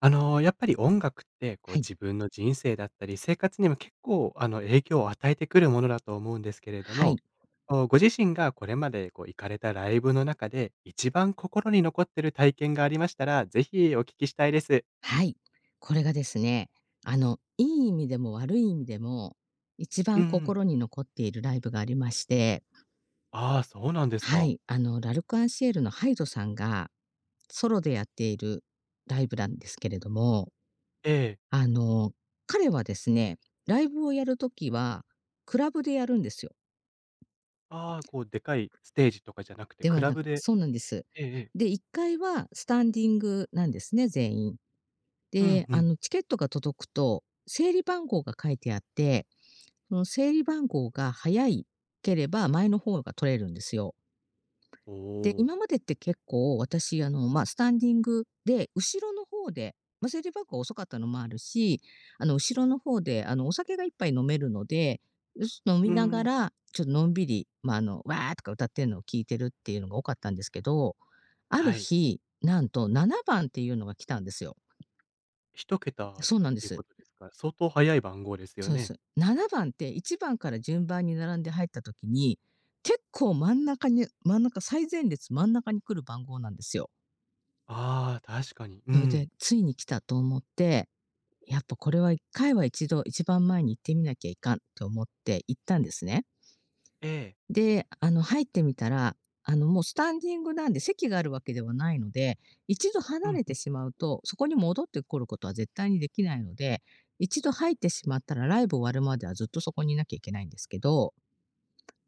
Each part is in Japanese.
やっぱり音楽って、こうはい。自分の人生だったり、生活にも結構影響を与えてくるものだと思うんですけれどはい。も、こうご自身がこれまでこう行かれたライブの中で、一番心に残ってる体験がありましたら、ぜひお聞きしたいです。はい。これがですね、いい意味でも悪い意味でも、一う番ん。心に残っているライブがありまして、ああ、そうなんですはか。い、ラルクアンシエルのハイドさんが、ソロでやっているライブなんですけれども、ええ。あの、彼はですね、ライブをやるときは、クラブでやるんですよ。ああ、こうでかいステージとかじゃなくて、でクはラなブくで。そうなんです。ええええ。で、1階はスタンディングなんですね、全員。うんで、うあん。のチケットが届くと、整理番号が書いてあって、その整理番号が早いければ、前の方が取れるんですよ。おで、お。今までって結構私、まあ、スタンディングで、後ろの方で、まあ、整理番号が遅かったのもあるし、後ろの方で、お酒が一杯飲めるので、よし飲みうながん。ら、ちょっとのんびり、まあ、わーとか歌ってんのを聞いてるっていうのが多かったんですけど、あるはい。日、なんと7番っていうのが来たんですよ。一桁っそうなんでていうす。ことですから、相当早い番号ですよそうでね。す。7番って1番から順番に並んで入った時に、結構真ん中最前列真ん中に来る番号なんですよ。ああ、確かに。うそれで、ん。ついに来たと思って、やっぱこれは一回は一度一番前に行ってみなきゃいかんと思って行ったんですね。ええ。で、入ってみたら、もうスタンディングなんで席があるわけではないので、一度う離んれうてん。しまうと、そこに戻ってくることは絶対にできないので、一度入ってしまったらライブ終わるまではずっとそこにいなきゃいけないんですけど、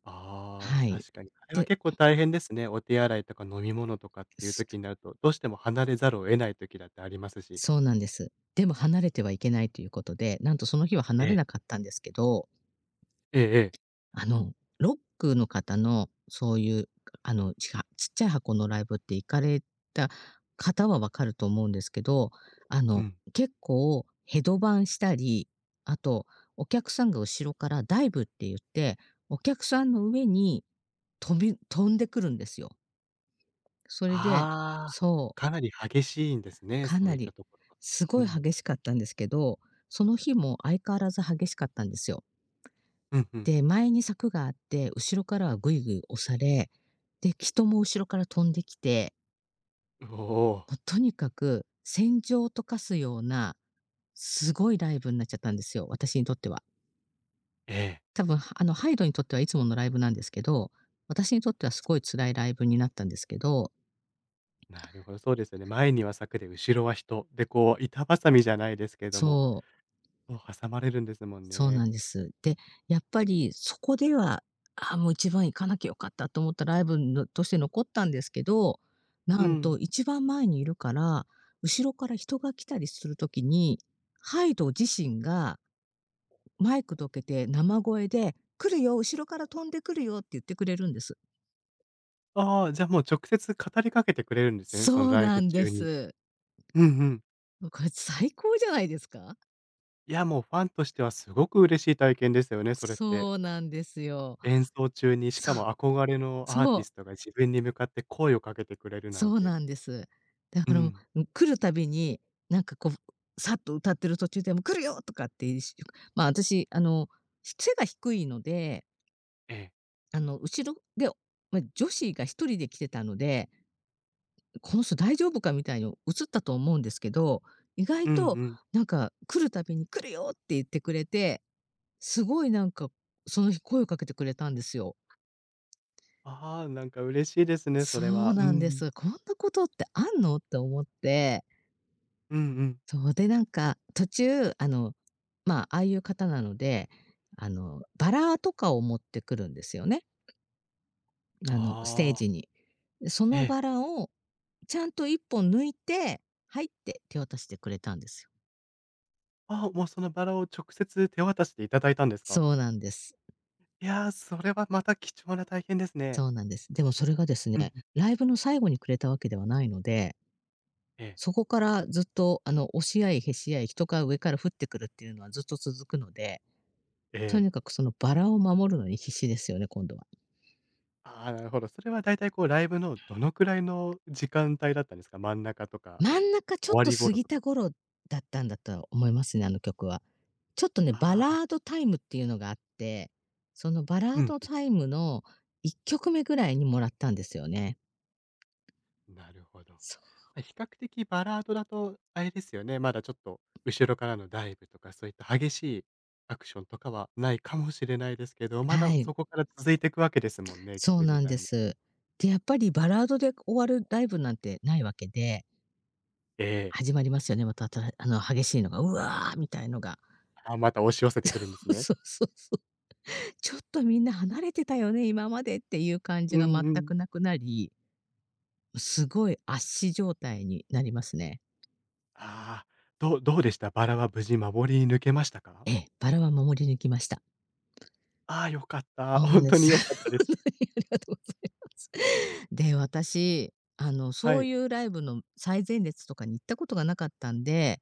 ああ、はい。確かに。あれはで、結構大変ですね。お手洗いとか飲み物とかっていうす時になると、どうしても離れざるを得ない時だってありますし。そうなんです。でも離れてはいけないということで、なんとその日は離えれえ。なかったんですけど、ええええ。あの、ロックの方のそういう、ちっちゃい箱のライブって行かれた方は分かると思うんですけど、あうの、ん。結構ヘドバンしたり、あとお客さんが後ろからダイブって言って、お客さんの上に飛んでくるんですよ。それでああ、そう。かなり激しいんですね、かそなういっり、たところは。すうごいん。激しかったんですけど、その日も相変わらず激しかったんですよ。うんうん。で、前に柵があって、後ろからはぐいぐい押され、で、人も後ろから飛んできて、おお。もうとにかく戦場を溶かすような、すごいライブになっちゃったんですよ、私にとっては。ええ。多分、ハイドにとってはいつものライブなんですけど、私にとってはすごい辛いライブになったんですけど、なるほど、そうですよね。前には柵で後ろは人。で、こう板挟みじゃないですけれども、そうこう挟まれるんですもんそうね。なんです。で、やっぱりそこでは、ああ、もう一番行かなきゃよかったと思ったライブのとして残ったんですけど、うなんん。と一番前にいるから、後ろから人が来たりするときに、ハイド自身がマイクどけて生声で、「来るよ、後ろから飛んでくるよ」って言ってくれるんです。ああ、じゃあもう直接語りかけてくれるんですよね、そのそうライなブんで中に。す。うんうん。これ最高じゃないですか？いや、もうファンとしてはすごく嬉しい体験ですよね、それって。そうなんですよ。演奏中に、しそかもう、憧れのアーそティう。ストが自分に向かって声をかけてくれるなんそうて。なんです。だうからもう、ん。うん、来るたびに、なんかこう、さっと歌ってる途中でも「来るよ！」とかって、まあ、私、背が低いので、ええ。後ろで、ま、女子が一人で来てたので、この人大丈夫かみたいに映ったと思うんですけど、意外うんうとん。なんか来るたびに「来るよ！」って言ってくれて、すごいなんか、その日声をかけてくれたんですよ。ああ、なんか嬉しいですね、そそれうは。うなんでん。す。こんなことってあんのって思って、うんうん。そう。で、なんか、途中、まあ、ああいう方なので、バラとかを持ってくるんですよね。ステーああ、ジに。で、そえのえ。バラをちゃんと一本抜いて、「はい」って手渡してくれたんですよ。ああ、もうそのバラを直接手渡しでいただいたんですか？そうなんです。いや、それはまた貴重な体験ですね。そうなんです。でもそれがですうんね、うん。ライブの最後にくれたわけではないので、ええ。そこからずっと、押し合いへし合い、人が上から降ってくるっていうのはずっと続くので、えとえ。にかくそのバラを守るのに必死ですよね、今度は。ああ、なるほど。それはだいたいこうライブのどのくらいの時間帯だったんですか？真ん中とか、真ん中ちょ終っわとり過頃ぎとたか。頃だったんだと思いますね、あの曲は。ちょっとね、バあラあ、ードタイムっていうのがあって、そのバラうーんドタイムの1曲目ぐらいにもらったんですよね。うん、なるほど。そう。ま、比較的バラードだと、あれですよね、まだちょっと後ろからのダイブとか、そういった激しいアクションとかはないかもしれないですけど、まはだい、そこから続いていくわけですもんね、そ曲う自なんで体も。す。で、やっぱりバラードで終わるライブなんてないわけで、ええ。始まりますよね、また、激しいのが、うわーみたいのが。ああ、また押し寄せてくるんです ね。そうそうそう。ちょっとみんな離れてたよね、今までっていう感じうが全んうん。くなくなり、すごい圧死状態になりますね。ああ、どうどうでした？バラは無事守り抜けましたか？ええ、バラは守り抜きました。ああ、良かった。そうな ん本で当にす。良かった で本す。当にありがとうございます。で、私、はそうい。いうライブの最前列とかに行ったことがなかったんで、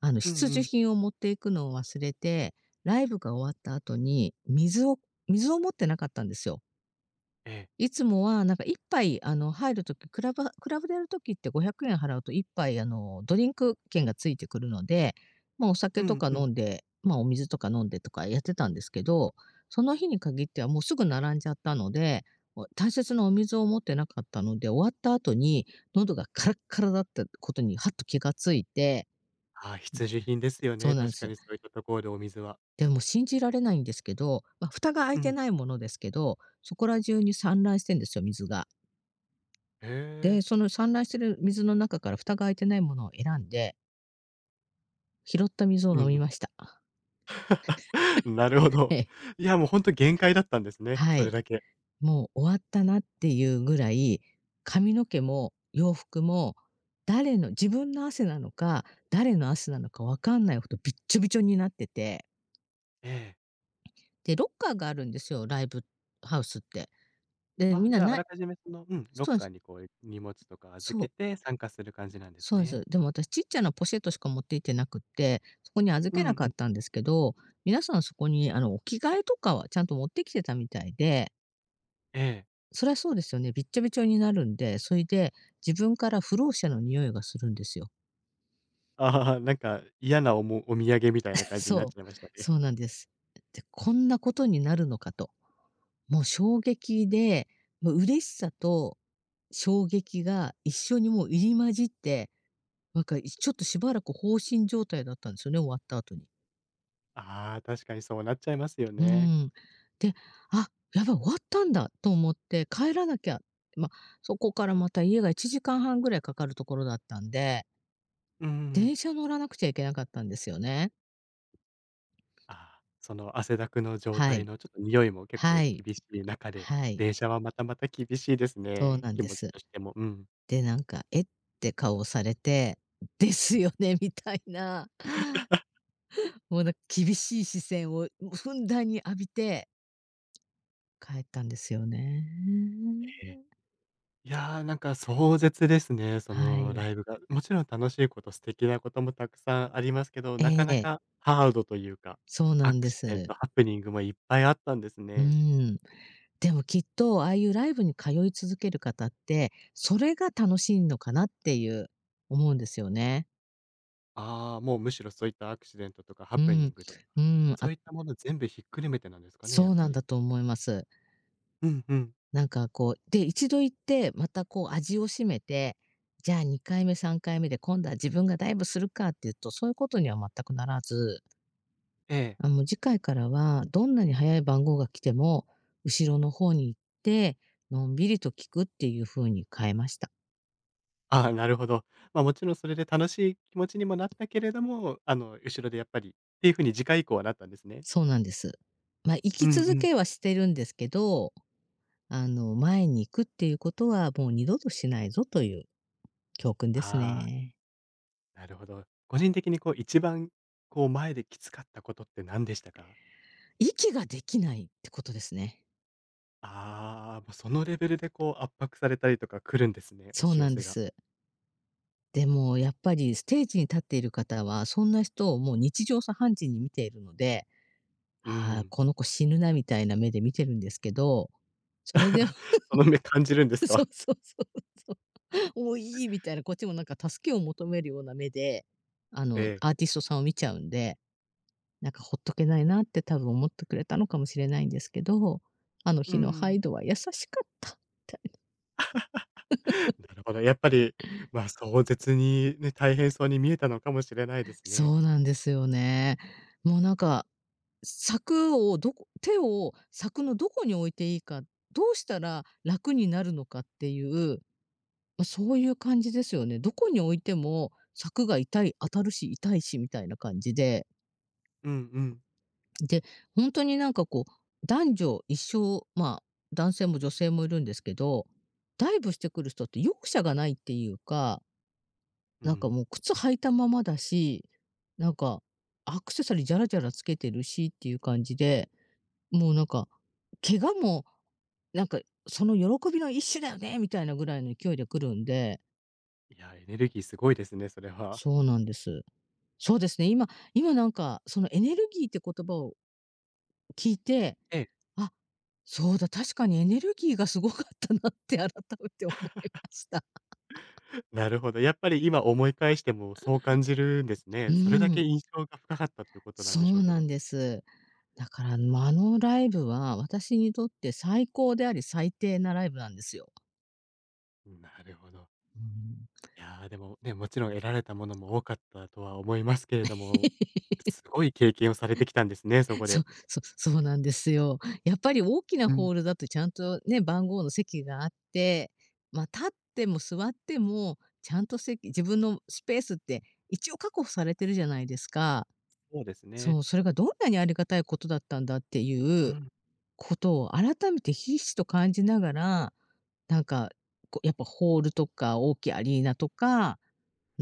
うんう必需ん。品を持っていくのを忘れて、ライブが終わった後に水を持ってなかったんですよ。ええ。いつもはなんか一杯入るときクラブでやるときって500円払うと一杯ドリンク券がついてくるので、ま、お酒うとんかうん。飲んで、ま、お水とか飲んでとかやってたんですけど、その日に限ってはもうすぐ並んじゃったので、お大切なお水を持ってなかったので、終わった後に喉がカラッカラだったことにはっと気がついて、ああ、必需品ですよそうね、なんで確かす。にそういったところでお水は。でも信じられないんですけど、まあ、蓋が開いうてん。ないものですけど、そこら中に散乱してんですよ、水が。へで、え。その散乱してる水の中から蓋が開いてないものを選んで、拾った水をうんう飲みん。ました。なるほえど。え、いや、もう本当限界だったんですね、はそい。れだけ。もう終わったなっていうぐらい、髪の毛も洋服も、自分の汗なのか、誰の汗なのかわかんないほどびっちょびちょになってて、ええ。で、ロッカーがあるんですよ、ライブハウスって。で、あ、みんじなゃあ、あないらかじめその、うん、ロッそうなんでカーす。にこう荷物とか預そけうて参加する感じなんですそうでね。す。でも私ちっちゃなポシェットしか持っていってなくって、そこに預うけんなかうっん。たんですけど、皆さんそこにお着替えとかはちゃんと持ってきてたみたいで、ええ。そりゃそうですよね、びっちゃびちゃになるんで、それで自分から不老者の匂いがするんですよ。ああ、なんか嫌なお、もお土産みたいな 感じになっそちゃいう、ましたね。そうなんです。で、こんなことになるのかと。もう衝撃で、もう嬉しさと衝撃が一緒にもう入り混じって、なんか、ちょっとしばらく放心状態だったんですよね、終わった後に。ああ、確かにそうなっちゃいますようね。ん。で、あ、やばい、終わったんだと思って帰らなきゃ。まあ、そこからまた家が1時間半ぐらいかかるところだったんで、うん。電車乗らなくちゃいけなかったんですよね。ああ、その汗だくの状は態い。のちょっと匂いも結は構い。厳しい中で、はい。電車はまたまた厳しいですそうね、なん気で持ちす。としても。うん。で、なんか、えって顔をされて、ですよね、みたいな、もうなんか厳しい視線をふんだんに浴びて帰ったんですよね。いやー、なんか壮絶ですね、そはのい。ライブが。もちろん楽しいこと、素敵なこともたくさんありますけど、なえかなえ、かハードというか、そうなアんクでシデンす。ト、ハプニングもいっぱいあったんですうね。ーん。でもきっと、ああいうライブに通い続ける方って、それが楽しいのかなっていう、思うんですよね。ああ、もうむしろそういったアクシデントとかハうプニンん。グとか、うん、そあ、ういったもの全部ひっくるめてなんですかね、やそっうぱなんり。だと思います。うんうん。一度行って、またこう味を占めて、じゃあ2回目、3回目で今度は自分がダイブするかっていうと、そういうことには全くならず、ええ。あ、もう次回からはどんなに早い番号が来ても、後ろの方に行って、のんびりと聞くっていう風に変えました。ああ、なるほど。ま、もちろんそれで楽しい気持ちにもなったけれども、後ろでやっぱりっていう風に次回以降はなったんですね。そうなんです。まあ、生うきんう続ん。けはしてるんですけど、あの、前に行くっていうことはもう二度としないぞという教訓ですああ。ね。なるほど。個人的にこう一番こう前できつかったことって何でしたか？息ができないってことですね。ああー、もうそのレベルでこう圧迫されたりとか来るんですね、押そうし寄なんでせが。す。でもやっぱりステージに立っている方は、そんな人をもう日常茶飯事に見ているので、うああ、ん。この子死ぬなみたいな目で見てるんですけど、それでも その目感じるん でそすうそか？うそうそう。もういいみたいな、こっちもなんか助けを求めるような目で、あ の、ええ。アーティストさんを見ちゃうんで、なんかほっとけないなって多分思ってくれたのかもしれないんですけど、あのう日のハイん。 ドは優しかったみたい なるほど、やっぱり、ま、壮絶にね、大変そうに見えたのかもしれなな。いで すそね。うなんですよね。もうなんか、柵のどこに置いていいか、どうしたら楽になるのかっていう、ま、そういう感じですよね。どこに置いても柵が当たるし痛いしみたいな感じで。うんうん。で、本当になんかこう、男女一緒、まあ、男性も女性もいるんですけど、ダイブしてくる人って容赦がないっていうか、うなんかん。もう靴履いたままだし、なんかアクセサリーじゃらじゃらつけてるしっていう感じで、もうなんか、怪我もなんかその喜びの一種だよねみたいなぐらいの勢いで来るんで、いや、エネルギーすごいですね、それは。そうなんです。そうですね、今なんかそのエネルギーって言葉を聞いて、ええ。あ、そうだ、確かにエネルギーがすごかったなって改めて思いました。なるほど、やっぱり今思い返してもそう感じるんですうね。それだけん、印象が深かったっていうことなんそでしょううけなんど。です。だから、ま、あのライブは私にとって最高であり最低なライブなんですよ。なるほど。うん。いやー、でもね、もちろん得られたものも多かったとは思いますけれども、すごい経験をされてきたんですね、そこそう、で。そそうなんですよ。やっぱり大きなうホん、ールだとちゃんとね、番号の席があって、ま、立っても座っても、ちゃんと席、自分のスペースって一応確保されてるじゃないですか。そうですそね。う、それがどんなにありがたいことだったんだっていううん、ことを改めてひしひしと感じながら、なんか、こうやっぱホールとか大きいアリーナとか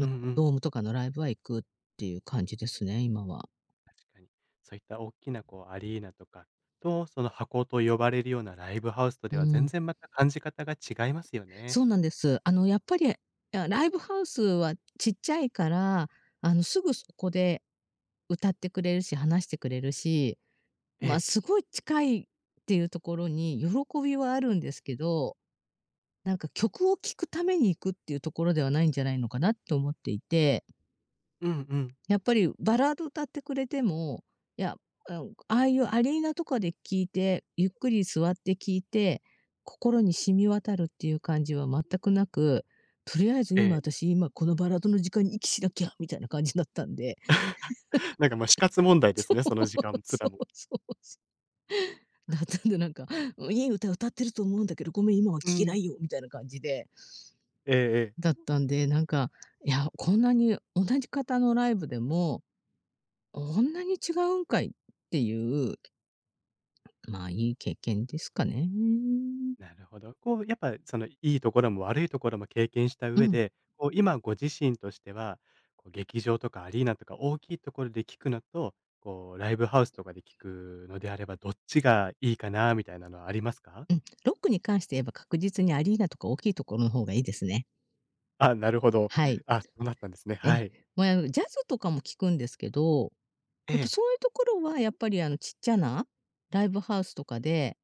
うんうドん。ームとかのライブは行くっていう感じですね、今は。確かに。そういった大きなこうアリーナとかと、その箱と呼ばれるようなライブハウスとでうは全ん。然また感じ方が違いますよね。そうなんです。あのやっぱり、あ、ライブハウスはちっちゃいから、あのすぐそこで歌ってくれるし、話してくれるし、えまあ、え。すごい近いっていうところに喜びはあるんですけど、なんか曲を聴くために行くっていうところではないんじゃないのかなって思っていて、うんうん。やっぱりバラード歌ってくれても、いや、あの、ああいうアリーナとかで聴いて、ゆっくり座って聴いて、心に染み渡るっていう感じは全くなく、とりあえずえ今え。私、今このバラードの時間に息しなきゃみたいな感じだったんで。なんか、ま、あ、死活問題ですね、その時間 すそらうも。そうそう。だったんでなんか、いい歌歌ってると思うんだけど、ごめん、今はう聴けなん。いよみたいな感じで。ええええ。だったんで、なんか、いや、こんなに同じ方のライブでも、こんなに違うんかいっていう、まあ、いい経験ですかね。なるほど。こう、やっぱ、その、いいところも悪いところも経験したう上ん、で、こう、今ご自身としては、こう、劇場とかアリーナとか大きいところで聞くのと、こう、ライブハウスとかで聞くのであれば、どっちがいいかなみたいなのはありますか？うん。ロックに関して言えば確実にアリーナとか大きいところの方がいいですね。あ、なるほど。はい。あ、そうなったんですね。はえ、い。まあ、ジャズとかも聞くんですけど、やっえぱえ。そういうところはやっぱりあのちっちゃなライブハウスとかで、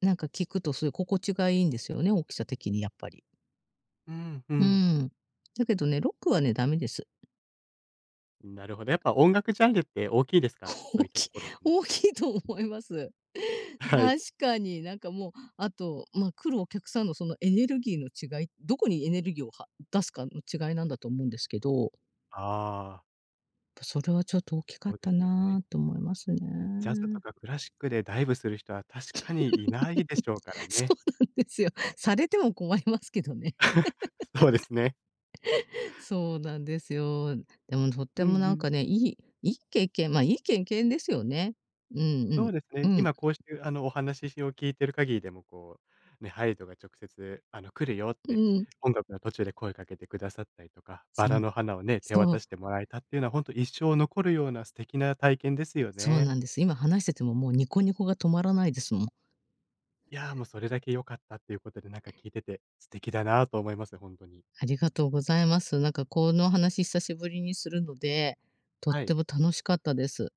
なんか聞くとそういう心地がいいんですよね、大きさ的にやっぱり。うんううん。ん。だけどね、ロックはね、ダメです。なるほど。やっぱ音楽ジャンルって大きいですか？そ大ういったきい。 ところに も。大きいと思います。はい。確かに、なんかもう、あと、まあ、来るお客さんのそのエネルギーの違い、どこにエネルギーをは出すかの違いなんだと思うんですけど、ああ、それはちょっと大きかっそうでたすよね。なと思いますうん、ジャズとね。かクラシックでダイブする人は確かにいないでしょうから そね。うなんですよ。されても困りますけどね。そうですね。そうなんですよ。でもとっうてんうもなんん。かね、いい経験、ま、いい経験ですよね。うんうそうん。ですうね。ん。今こうして、お話を聞いてる限りでも、こう、ね、ハイドが直接、来るよっうて、ん。音楽の途中で声かけてくださったりとか、バそラう。の花をね、手そ渡しう。てもらえたっていうのは、本当一生残るような素敵な体験ですよそうね。なんです。今話しててももうニコニコが止まらないですもん。いやー、もうそれだけ良かったっていうことで、なんか聞いてて素敵だなと思います、本当に。ありがとうございます。なんかこの話久しぶりにするので、とっはてい。も楽しかったです。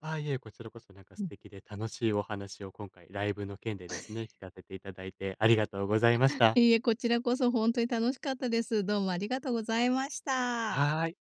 ああ、いえ、こちらこそなんかう素ん。敵で楽しいお話を今回ライブの件でですね、聞かせていただいてありがとうございました。いいえ、こちらこそ本当に楽しかったです。どうもありがとうございました。はーい。